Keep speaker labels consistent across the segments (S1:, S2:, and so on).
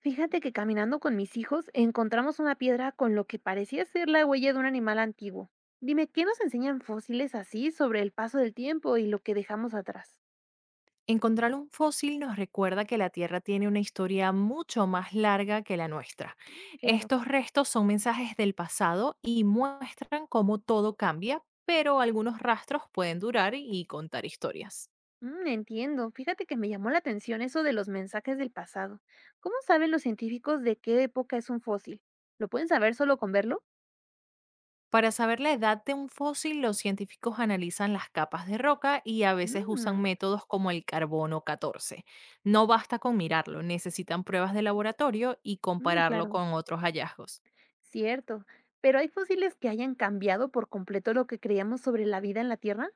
S1: Fíjate que caminando con mis hijos encontramos una piedra con lo que parecía ser la huella de un animal antiguo. Dime, ¿qué nos enseñan fósiles así sobre el paso del tiempo y lo que dejamos atrás?
S2: Encontrar un fósil nos recuerda que la Tierra tiene una historia mucho más larga que la nuestra.
S1: Mm, claro.
S2: Estos restos son mensajes del pasado y muestran cómo todo cambia, pero algunos rastros pueden durar y contar historias.
S1: Mm, entiendo. Fíjate que me llamó la atención eso de los mensajes del pasado. ¿Cómo saben los científicos de qué época es un fósil? ¿Lo pueden saber solo con verlo?
S2: Para saber la edad de un fósil, los científicos analizan las capas de roca y a veces usan
S1: Mm,
S2: métodos como el carbono 14. No basta con mirarlo, necesitan pruebas de laboratorio y
S1: mm,
S2: compararlo
S1: claro.
S2: con otros hallazgos.
S1: Cierto. ¿Pero hay fósiles que hayan cambiado por completo lo que creíamos sobre la vida en la Tierra?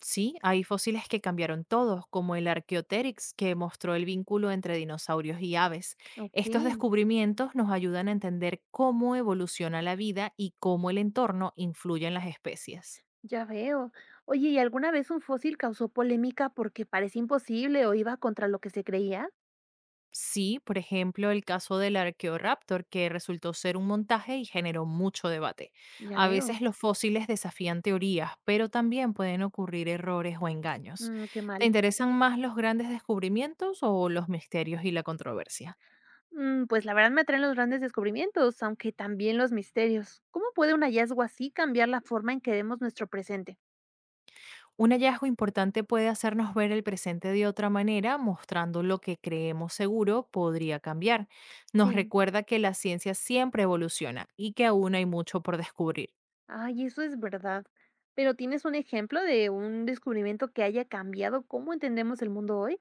S2: Sí, hay fósiles que cambiaron todos, como el Archaeopteryx, que mostró el vínculo entre dinosaurios y aves.
S1: Ok.
S2: Estos descubrimientos nos ayudan a entender cómo evoluciona la vida y cómo el entorno influye en las especies.
S1: Ya veo. Oye, ¿y alguna vez un fósil causó polémica porque parecía imposible o iba contra lo que se creía?
S2: Sí, por ejemplo, el caso del Archaeoraptor, que resultó ser un montaje y generó mucho debate.
S1: Ya
S2: A
S1: veo.
S2: veces los fósiles desafían teorías, pero también pueden ocurrir errores o engaños.
S1: Mm, qué
S2: ¿Te
S1: mal.
S2: interesan más los grandes descubrimientos o los misterios y la controversia?
S1: Mm, pues la verdad me atraen los grandes descubrimientos, aunque también los misterios. ¿Cómo puede un hallazgo así cambiar la forma en que vemos nuestro presente?
S2: Un hallazgo importante puede hacernos ver el presente de otra manera, mostrando lo que creemos seguro podría cambiar. Nos
S1: Sí.
S2: recuerda que la ciencia siempre evoluciona y que aún hay mucho por descubrir.
S1: Ay, eso es verdad. Pero ¿tienes un ejemplo de un descubrimiento que haya cambiado cómo entendemos el mundo hoy?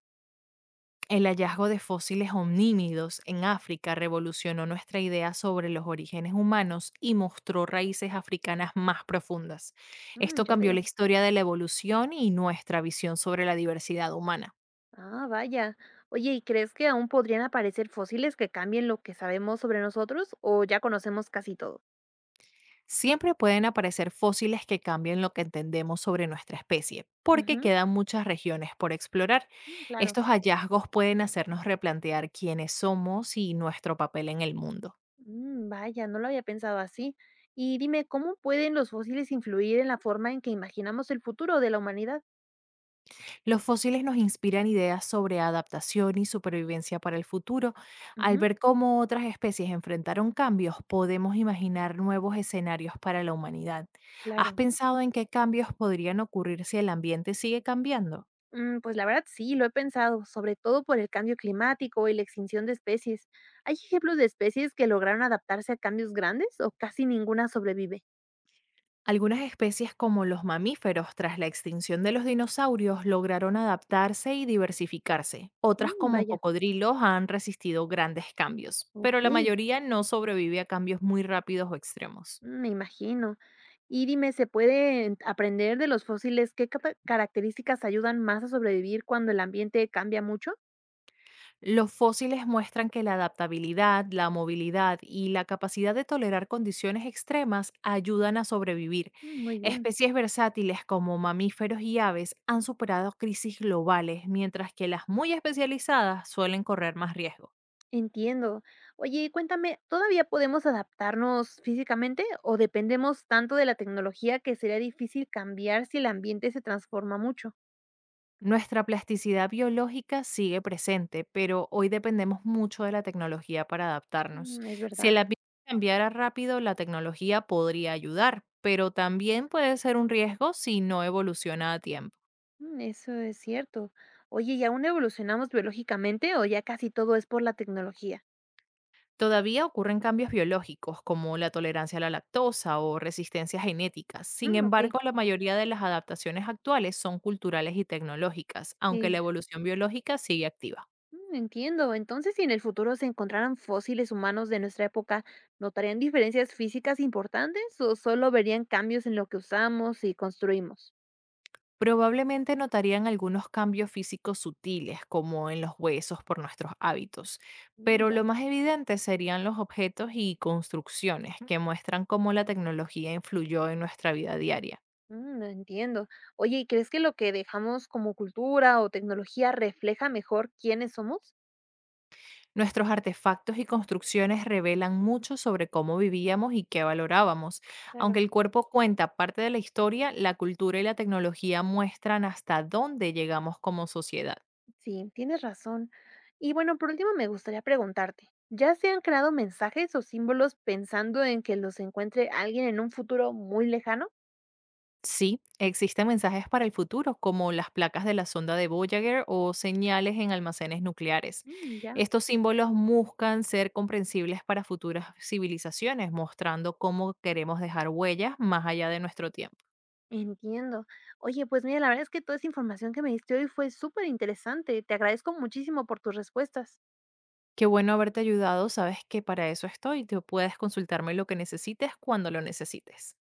S2: El hallazgo de fósiles omnímidos en África revolucionó nuestra idea sobre los orígenes humanos y mostró raíces africanas más profundas.
S1: Mm,
S2: Esto
S1: ya
S2: cambió
S1: veo.
S2: la historia de la evolución y nuestra visión sobre la diversidad humana.
S1: Ah, vaya. Oye, ¿y crees que aún podrían aparecer fósiles que cambien lo que sabemos sobre nosotros o ya conocemos casi todo?
S2: Siempre pueden aparecer fósiles que cambien lo que entendemos sobre nuestra especie, porque
S1: Ujú,
S2: quedan muchas regiones por explorar.
S1: mm, claro.
S2: Estos hallazgos pueden hacernos replantear quiénes somos y nuestro papel en el mundo.
S1: Mm, vaya, no lo había pensado así. Y dime, ¿cómo pueden los fósiles influir en la forma en que imaginamos el futuro de la humanidad?
S2: Los fósiles nos inspiran ideas sobre adaptación y supervivencia para el futuro. Al
S1: Ujú,
S2: ver cómo otras especies enfrentaron cambios, podemos imaginar nuevos escenarios para la humanidad. ¿Has
S1: claro.
S2: pensado en qué cambios podrían ocurrir si el ambiente sigue cambiando?
S1: Mm, pues la verdad sí, lo he pensado, sobre todo por el cambio climático y la extinción de especies. ¿Hay ejemplos de especies que lograron adaptarse a cambios grandes o casi ninguna sobrevive?
S2: Algunas especies como los mamíferos tras la extinción de los dinosaurios lograron adaptarse y diversificarse. Otras
S1: Mm,
S2: como
S1: vaya,
S2: cocodrilos han resistido grandes cambios, pero
S1: ok,
S2: la mayoría no sobrevive a cambios muy rápidos o extremos.
S1: mm, me imagino. Y dime, ¿se puede aprender de los fósiles qué características ayudan más a sobrevivir cuando el ambiente cambia mucho?
S2: Los fósiles muestran que la adaptabilidad, la movilidad y la capacidad de tolerar condiciones extremas ayudan a sobrevivir.
S1: Mm, muy bien,
S2: Especies versátiles como mamíferos y aves han superado crisis globales, mientras que las muy especializadas suelen correr más riesgo.
S1: entiendo. Oye, cuéntame, ¿todavía podemos adaptarnos físicamente o dependemos tanto de la tecnología que sería difícil cambiar si el ambiente se transforma mucho?
S2: Nuestra plasticidad biológica sigue presente, pero hoy dependemos mucho de la tecnología para adaptarnos.
S1: Mm, es
S2: Si el
S1: verdad.
S2: ambiente cambiara rápido, la tecnología podría ayudar, pero también puede ser un riesgo si no evoluciona a tiempo.
S1: Mm, eso es cierto. Oye, ¿y aún evolucionamos biológicamente o ya casi todo es por la tecnología?
S2: Todavía ocurren cambios biológicos como la tolerancia a la lactosa o resistencia genética. Sin
S1: Mm, ok,
S2: embargo, la mayoría de las adaptaciones actuales son culturales y tecnológicas, aunque la
S1: sí.
S2: evolución biológica sigue activa.
S1: Mm, entiendo. Entonces, si en el futuro se encontraran fósiles humanos de nuestra época, ¿notarían diferencias físicas importantes o solo verían cambios en lo que usamos y construimos?
S2: Probablemente notarían algunos cambios físicos sutiles, como en los huesos por nuestros hábitos,
S1: Mm,
S2: pero lo
S1: ya.
S2: más evidente serían los objetos y construcciones que muestran cómo la tecnología influyó en nuestra vida diaria.
S1: Mm, no entiendo. Oye, ¿y crees que lo que dejamos como cultura o tecnología refleja mejor quiénes somos?
S2: Nuestros artefactos y construcciones revelan mucho sobre cómo vivíamos y qué valorábamos. Aunque
S1: Claro.
S2: el cuerpo cuenta parte de la historia, la cultura y la tecnología muestran hasta dónde llegamos como sociedad.
S1: Sí, tienes razón. Y bueno, por último me gustaría preguntarte, ¿ya se han creado mensajes o símbolos pensando en que los encuentre alguien en un futuro muy lejano?
S2: Sí, existen mensajes para el futuro, como las placas de la sonda de Voyager o señales en almacenes nucleares.
S1: Mm, ya.
S2: Estos símbolos buscan ser comprensibles para futuras civilizaciones, mostrando cómo queremos dejar huellas más allá de nuestro tiempo.
S1: Entiendo. Oye, pues mira, la verdad es que toda esa información que me diste hoy fue súper interesante. Te agradezco muchísimo por tus respuestas.
S2: Qué bueno haberte ayudado, sabes que para eso estoy, tú puedes consultarme lo que necesites cuando lo necesites.